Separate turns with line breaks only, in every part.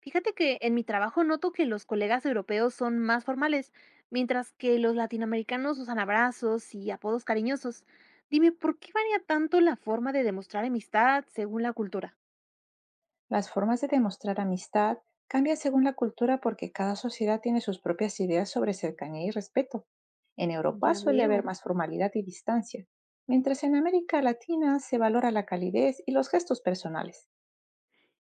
Fíjate que en mi trabajo noto que los colegas europeos son más formales, mientras que los latinoamericanos usan abrazos y apodos cariñosos. Dime, ¿por qué varía tanto la forma de demostrar amistad según la cultura?
Las formas de demostrar amistad cambian según la cultura porque cada sociedad tiene sus propias ideas sobre cercanía y respeto. En Europa
Ya
suele
veo.
haber más formalidad y distancia, mientras en América Latina se valora la calidez y los gestos personales.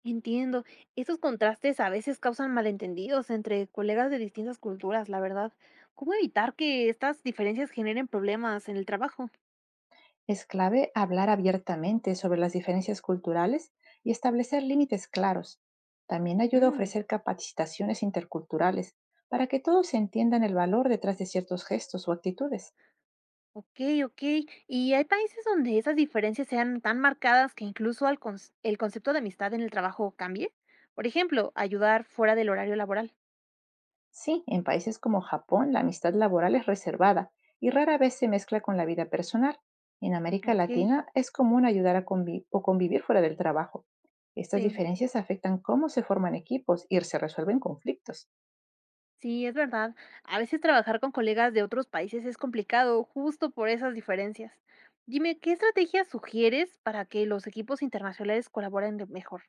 Entiendo. Estos contrastes a veces causan malentendidos entre colegas de distintas culturas, la verdad. ¿Cómo evitar que estas diferencias generen problemas en el trabajo?
Es clave hablar abiertamente sobre las diferencias culturales y establecer límites claros. También ayuda a
Mm.
ofrecer capacitaciones interculturales para que todos entiendan el valor detrás de ciertos gestos o actitudes.
Okey, okey. ¿Y hay países donde esas diferencias sean tan marcadas que incluso al conce el concepto de amistad en el trabajo cambie? Por ejemplo, ayudar fuera del horario laboral.
Sí, en países como Japón la amistad laboral es reservada y rara vez se mezcla con la vida personal. En América
Okey,
Latina es común ayudar a o convivir fuera del trabajo. Estas
sí,
diferencias afectan cómo se forman equipos y se resuelven conflictos.
sí, es verdad. A veces trabajar con colegas de otros países es complicado, justo por esas diferencias. Dime, ¿qué estrategias sugieres para que los equipos internacionales colaboren de mejor?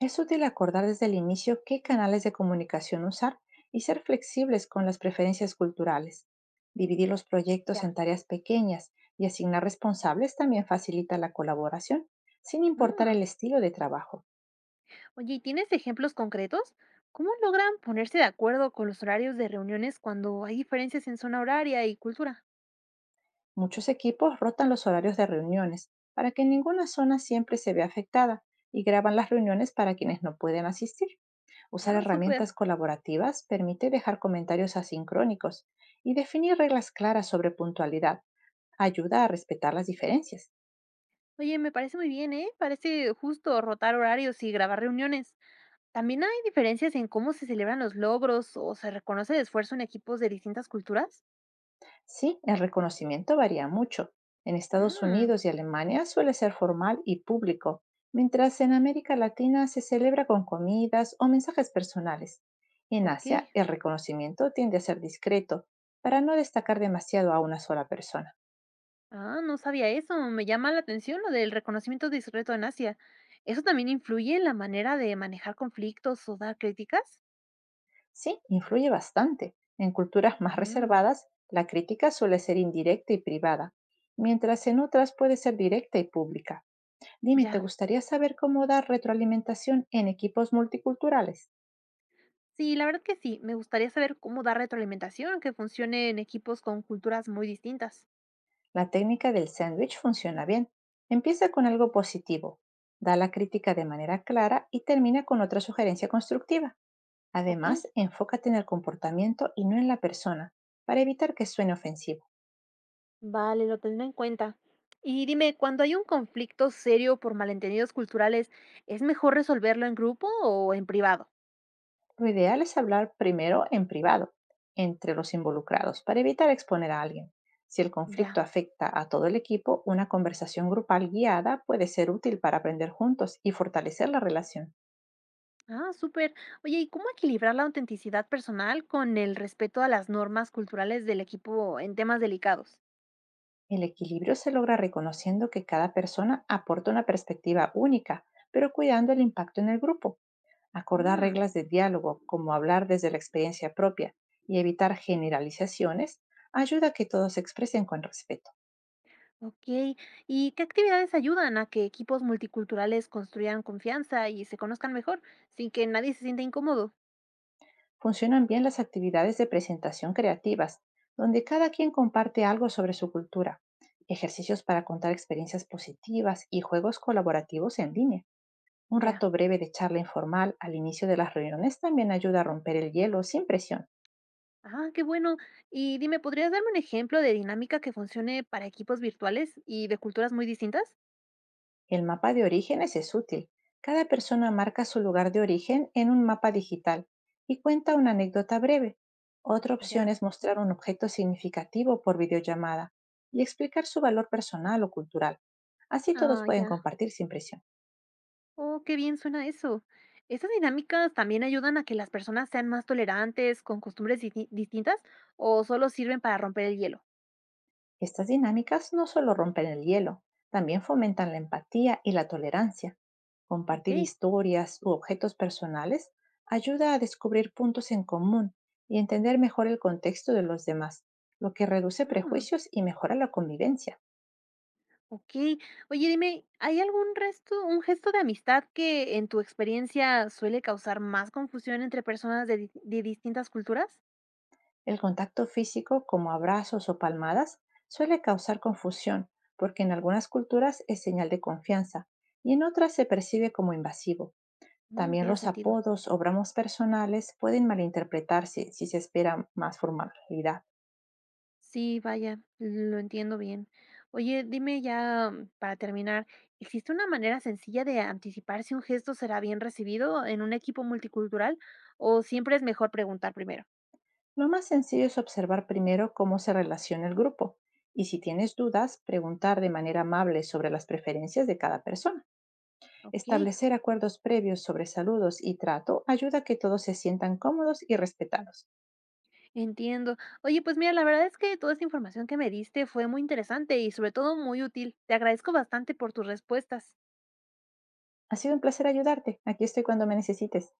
Es útil acordar desde el inicio qué canales de comunicación usar y ser flexibles con las preferencias culturales. Dividir los proyectos
Ya.
en tareas pequeñas y asignar responsables también facilita la colaboración, sin importar el
Mm.
estilo de trabajo.
Oye, ¿y tienes ejemplos concretos? ¿Cómo logran ponerse de acuerdo con los horarios de reuniones cuando hay diferencias en zona horaria y cultura?
Muchos equipos rotan los horarios de reuniones para que ninguna zona siempre se vea afectada y graban las reuniones para quienes no pueden asistir. Usar
Ah, súper.
herramientas colaborativas permite dejar comentarios asincrónicos y definir reglas claras sobre puntualidad. Ayuda a respetar las diferencias.
Oye, me parece muy bien, ¿eh? Parece justo rotar horarios y grabar reuniones. ¿También hay diferencias en cómo se celebran los logros o se reconoce el esfuerzo en equipos de distintas culturas?
Sí, el reconocimiento varía mucho. En Estados
Mmm.
Unidos y Alemania suele ser formal y público, mientras en América Latina se celebra con comidas o mensajes personales. En
Ok.
Asia, el reconocimiento tiende a ser discreto, para no destacar demasiado a una sola persona.
Ah, no sabía eso. Me llama la atención lo del reconocimiento discreto en Asia. ¿Eso también influye en la manera de manejar conflictos o dar críticas?
Sí, influye bastante. En culturas más
Mmm.
reservadas, la crítica suele ser indirecta y privada, mientras en otras puede ser directa y pública. Dime, ¿te
Ya.
gustaría saber cómo dar retroalimentación en equipos multiculturales?
Sí, la verdad que sí. Me gustaría saber cómo dar retroalimentación que funcione en equipos con culturas muy distintas.
La técnica del sándwich funciona bien. Empieza con algo positivo, da la crítica de manera clara y termina con otra sugerencia constructiva.
Ok,
Además, enfócate en el comportamiento y no en la persona, para evitar que suene ofensivo.
vale, lo tendré en cuenta. Y dime, cuando hay un conflicto serio por malentendidos culturales, ¿es mejor resolverlo en grupo o en privado?
Lo ideal es hablar primero en privado, entre los involucrados, para evitar exponer a alguien. Si el
Ya.
conflicto afecta a todo el equipo, una conversación grupal guiada puede ser útil para aprender juntos y fortalecer la relación.
Ah, súper. Oye, ¿y cómo equilibrar la autenticidad personal con el respeto a las normas culturales del equipo en temas delicados?
El equilibrio se logra reconociendo que cada persona aporta una perspectiva única, pero cuidando el impacto en el grupo. Acordar
Mm.
reglas de diálogo, como hablar desde la experiencia propia y evitar generalizaciones, ayuda a que todos se expresen con respeto.
Ok, ¿y qué actividades ayudan a que equipos multiculturales construyan confianza y se conozcan mejor sin que nadie se sienta incómodo?
Funcionan bien las actividades de presentación creativas, donde cada quien comparte algo sobre su cultura, ejercicios para contar experiencias positivas y juegos colaborativos en línea. Un
Ya.
rato breve de charla informal al inicio de las reuniones también ayuda a romper el hielo sin presión.
Ah, qué bueno. Y dime, ¿podrías darme un ejemplo de dinámica que funcione para equipos virtuales y de culturas muy distintas?
El mapa de orígenes es útil. Cada persona marca su lugar de origen en un mapa digital y cuenta una anécdota breve. Otra opción
Ya.
es mostrar un objeto significativo por videollamada y explicar su valor personal o cultural. Así todos
Ah,
pueden
ya.
compartir sin presión.
Oh, qué bien suena eso. ¿Estas dinámicas también ayudan a que las personas sean más tolerantes con costumbres distintas o solo sirven para romper el hielo?
Estas dinámicas no solo rompen el hielo, también fomentan la empatía y la tolerancia.
Ok.
Compartir historias u objetos personales ayuda a descubrir puntos en común y entender mejor el contexto de los demás, lo que reduce
Mm.
prejuicios y mejora la convivencia.
Okey. Oye, dime, ¿hay algún resto un gesto de amistad que, en tu experiencia, suele causar más confusión entre personas de distintas culturas?
El contacto físico, como abrazos o palmadas, suele causar confusión, porque en algunas culturas es señal de confianza y en otras se percibe como invasivo.
Mm,
También
tiene
los
sentido.
apodos o bromas personales pueden malinterpretarse si se espera más formalidad.
Sí, vaya, lo entiendo bien. Oye, dime ya, para terminar, ¿existe una manera sencilla de anticipar si un gesto será bien recibido en un equipo multicultural, o siempre es mejor preguntar primero?
Lo más sencillo es observar primero cómo se relaciona el grupo y si tienes dudas, preguntar de manera amable sobre las preferencias de cada persona.
Okey.
Establecer acuerdos previos sobre saludos y trato ayuda a que todos se sientan cómodos y respetados.
Entiendo. Oye, pues mira, la verdad es que toda esta información que me diste fue muy interesante y sobre todo muy útil. Te agradezco bastante por tus respuestas.
Ha sido un placer ayudarte. Aquí estoy cuando me necesites.